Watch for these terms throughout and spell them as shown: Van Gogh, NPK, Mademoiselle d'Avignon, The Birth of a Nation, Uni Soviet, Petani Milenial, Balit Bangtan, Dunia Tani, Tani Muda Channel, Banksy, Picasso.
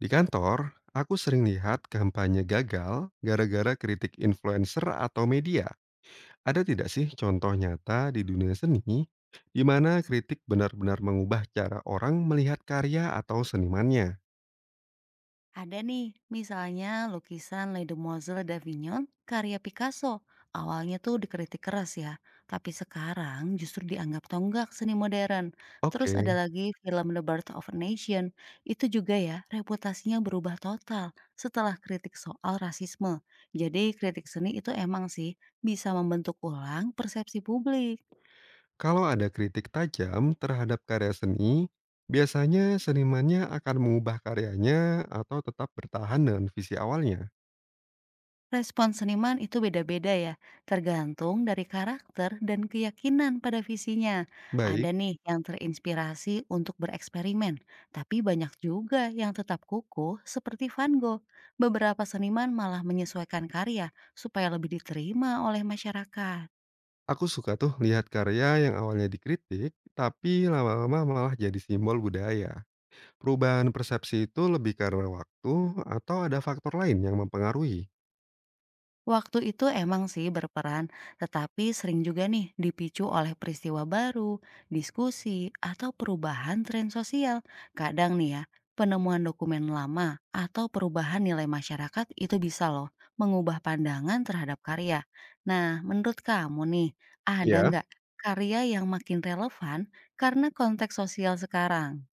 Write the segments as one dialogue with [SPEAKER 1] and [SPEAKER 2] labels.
[SPEAKER 1] Di kantor, aku sering lihat kampanye gagal gara-gara kritik influencer atau media. Ada tidak sih contoh nyata di dunia seni di mana kritik benar-benar mengubah cara orang melihat karya atau senimannya?
[SPEAKER 2] Ada nih, misalnya lukisan Mademoiselle d'Avignon karya Picasso. Awalnya tuh dikritik keras ya, tapi sekarang justru dianggap tonggak seni modern. Terus
[SPEAKER 1] Oke,
[SPEAKER 2] ada lagi film The Birth of a Nation. Itu juga ya, reputasinya berubah total setelah kritik soal rasisme. Jadi kritik seni itu emang sih bisa membentuk ulang persepsi publik.
[SPEAKER 1] kalau ada kritik tajam terhadap karya seni, biasanya senimannya akan mengubah karyanya atau tetap bertahan dengan visi awalnya.
[SPEAKER 2] Respon seniman itu beda-beda ya, tergantung dari karakter dan keyakinan pada visinya. Ada
[SPEAKER 1] Baik,
[SPEAKER 2] nih yang terinspirasi untuk bereksperimen, tapi banyak juga yang tetap kukuh seperti Van Gogh. Beberapa seniman malah menyesuaikan karya supaya lebih diterima oleh masyarakat.
[SPEAKER 1] aku suka tuh lihat karya yang awalnya dikritik, tapi lama-lama malah jadi simbol budaya. Perubahan persepsi itu lebih karena waktu atau ada faktor lain yang mempengaruhi?
[SPEAKER 2] Waktu itu emang sih berperan, tetapi sering juga nih dipicu oleh peristiwa baru, diskusi, atau perubahan tren sosial. Kadang nih ya, penemuan dokumen lama atau perubahan nilai masyarakat itu bisa loh mengubah pandangan terhadap karya. Nah, menurut kamu nih, ada
[SPEAKER 1] Ya,
[SPEAKER 2] nggak karya yang makin relevan karena konteks sosial sekarang?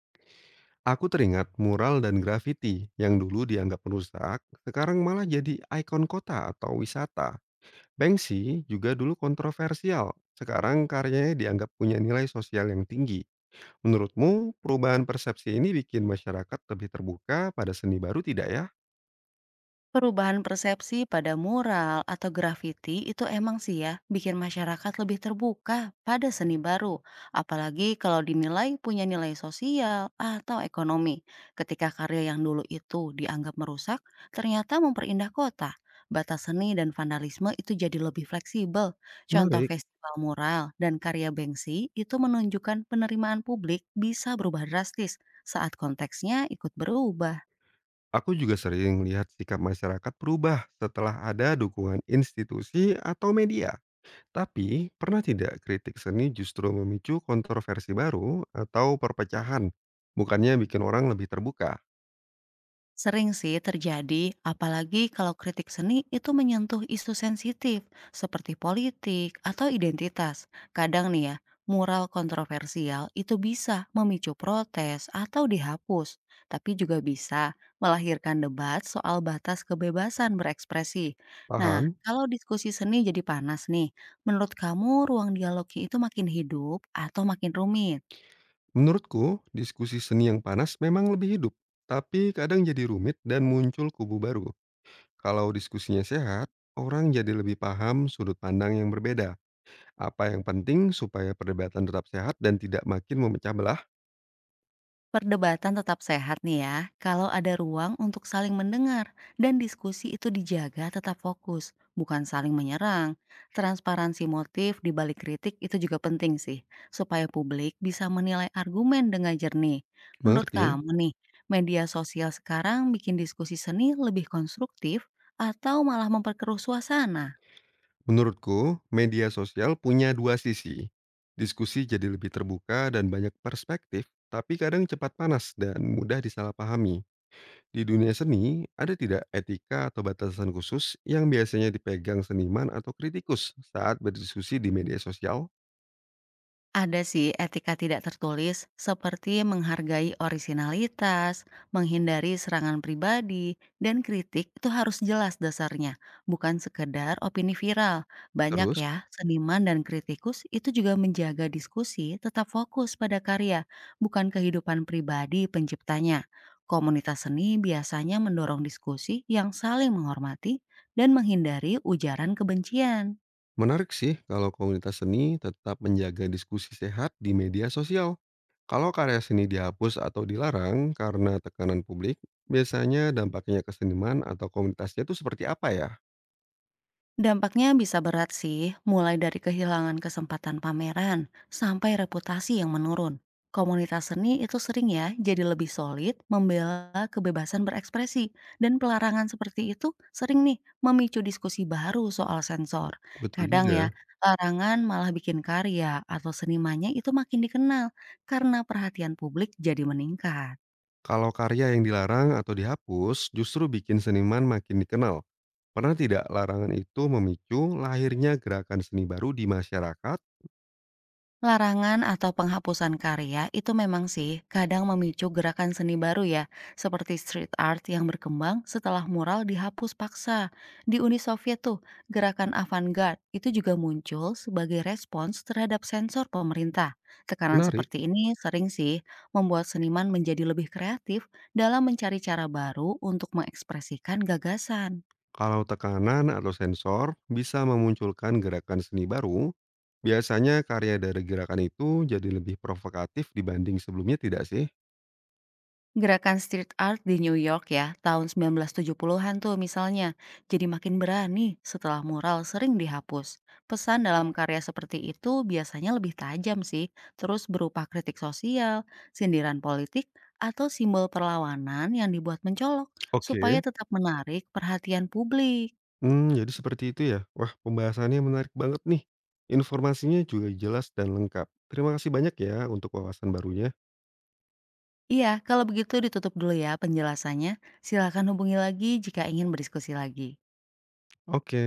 [SPEAKER 1] aku teringat mural dan grafiti yang dulu dianggap merusak, sekarang malah jadi ikon kota atau wisata. Banksy juga dulu kontroversial, sekarang karyanya dianggap punya nilai sosial yang tinggi. Menurutmu, perubahan persepsi ini bikin masyarakat lebih terbuka pada seni baru tidak ya?
[SPEAKER 2] Perubahan persepsi pada mural atau grafiti itu emang sih ya bikin masyarakat lebih terbuka pada seni baru, apalagi kalau dinilai punya nilai sosial atau ekonomi. Ketika karya yang dulu itu dianggap merusak, ternyata memperindah kota. Batas seni dan vandalisme itu jadi lebih fleksibel. Contoh
[SPEAKER 1] Menarik.
[SPEAKER 2] festival mural dan karya Banksy itu menunjukkan penerimaan publik bisa berubah drastis saat konteksnya ikut berubah.
[SPEAKER 1] Aku juga sering lihat sikap masyarakat berubah setelah ada dukungan institusi atau media. Tapi, pernah tidak kritik seni justru memicu kontroversi baru atau perpecahan, bukannya bikin orang lebih terbuka?
[SPEAKER 2] Sering sih terjadi, apalagi kalau kritik seni itu menyentuh isu sensitif seperti politik atau identitas. Kadang nih ya, mural kontroversial itu bisa memicu protes atau dihapus, tapi juga bisa melahirkan debat soal batas kebebasan berekspresi. Nah,
[SPEAKER 1] Paham?
[SPEAKER 2] kalau diskusi seni jadi panas nih, menurut kamu ruang dialognya itu makin hidup atau makin rumit?
[SPEAKER 1] Menurutku, diskusi seni yang panas memang lebih hidup, tapi kadang jadi rumit dan muncul kubu baru. Kalau diskusinya sehat, orang jadi lebih paham sudut pandang yang berbeda. Apa yang penting supaya perdebatan tetap sehat dan tidak makin memecah belah?
[SPEAKER 2] Perdebatan tetap sehat nih ya, kalau ada ruang untuk saling mendengar dan diskusi itu dijaga tetap fokus, bukan saling menyerang. Transparansi motif di balik kritik itu juga penting sih, supaya publik bisa menilai argumen dengan jernih. Menurut
[SPEAKER 1] Mengerti?
[SPEAKER 2] kamu nih, media sosial sekarang bikin diskusi seni lebih konstruktif atau malah memperkeruh suasana?
[SPEAKER 1] Menurutku, media sosial punya dua sisi. Diskusi jadi lebih terbuka dan banyak perspektif, tapi kadang cepat panas dan mudah disalahpahami. Di dunia seni, ada tidak etika atau batasan khusus yang biasanya dipegang seniman atau kritikus saat berdiskusi di media sosial?
[SPEAKER 2] Ada sih etika tidak tertulis, seperti menghargai orisinalitas, menghindari serangan pribadi, dan kritik itu harus jelas dasarnya, bukan sekedar opini viral. Banyak
[SPEAKER 1] Terus,
[SPEAKER 2] ya, seniman dan kritikus itu juga menjaga diskusi tetap fokus pada karya, bukan kehidupan pribadi penciptanya. Komunitas seni biasanya mendorong diskusi yang saling menghormati dan menghindari ujaran kebencian.
[SPEAKER 1] menarik sih kalau komunitas seni tetap menjaga diskusi sehat di media sosial. Kalau karya seni dihapus atau dilarang karena tekanan publik, biasanya dampaknya ke seniman atau komunitasnya itu seperti apa ya?
[SPEAKER 2] Dampaknya bisa berat sih, mulai dari kehilangan kesempatan pameran sampai reputasi yang menurun. Komunitas seni itu sering ya jadi lebih solid, membela kebebasan berekspresi, dan pelarangan seperti itu sering nih memicu diskusi baru soal sensor.
[SPEAKER 1] Betul
[SPEAKER 2] Kadang ya,
[SPEAKER 1] juga.
[SPEAKER 2] larangan malah bikin karya atau senimannya itu makin dikenal karena perhatian publik jadi meningkat.
[SPEAKER 1] Kalau karya yang dilarang atau dihapus justru bikin seniman makin dikenal. Pernah tidak larangan itu memicu lahirnya gerakan seni baru di masyarakat?
[SPEAKER 2] Larangan atau penghapusan karya itu memang sih kadang memicu gerakan seni baru ya, seperti street art yang berkembang setelah mural dihapus paksa. Di Uni Soviet tuh, gerakan avant-garde itu juga muncul sebagai respons terhadap sensor pemerintah. Tekanan
[SPEAKER 1] Menarik.
[SPEAKER 2] seperti ini sering sih membuat seniman menjadi lebih kreatif dalam mencari cara baru untuk mengekspresikan gagasan.
[SPEAKER 1] Kalau tekanan atau sensor bisa memunculkan gerakan seni baru, biasanya karya dari gerakan itu jadi lebih provokatif dibanding sebelumnya tidak sih?
[SPEAKER 2] Gerakan street art di New York ya, tahun 1970-an tuh misalnya, jadi makin berani setelah mural sering dihapus. Pesan dalam karya seperti itu biasanya lebih tajam sih, terus berupa kritik sosial, sindiran politik, atau simbol perlawanan yang dibuat mencolok, supaya
[SPEAKER 1] Oke,
[SPEAKER 2] tetap menarik perhatian publik.
[SPEAKER 1] hmm, jadi seperti itu ya. Wah, pembahasannya menarik banget nih. Informasinya juga jelas dan lengkap. Terima kasih banyak ya untuk wawasan barunya.
[SPEAKER 2] Iya, kalau begitu ditutup dulu ya penjelasannya. Silakan hubungi lagi jika ingin berdiskusi lagi.
[SPEAKER 1] Oke.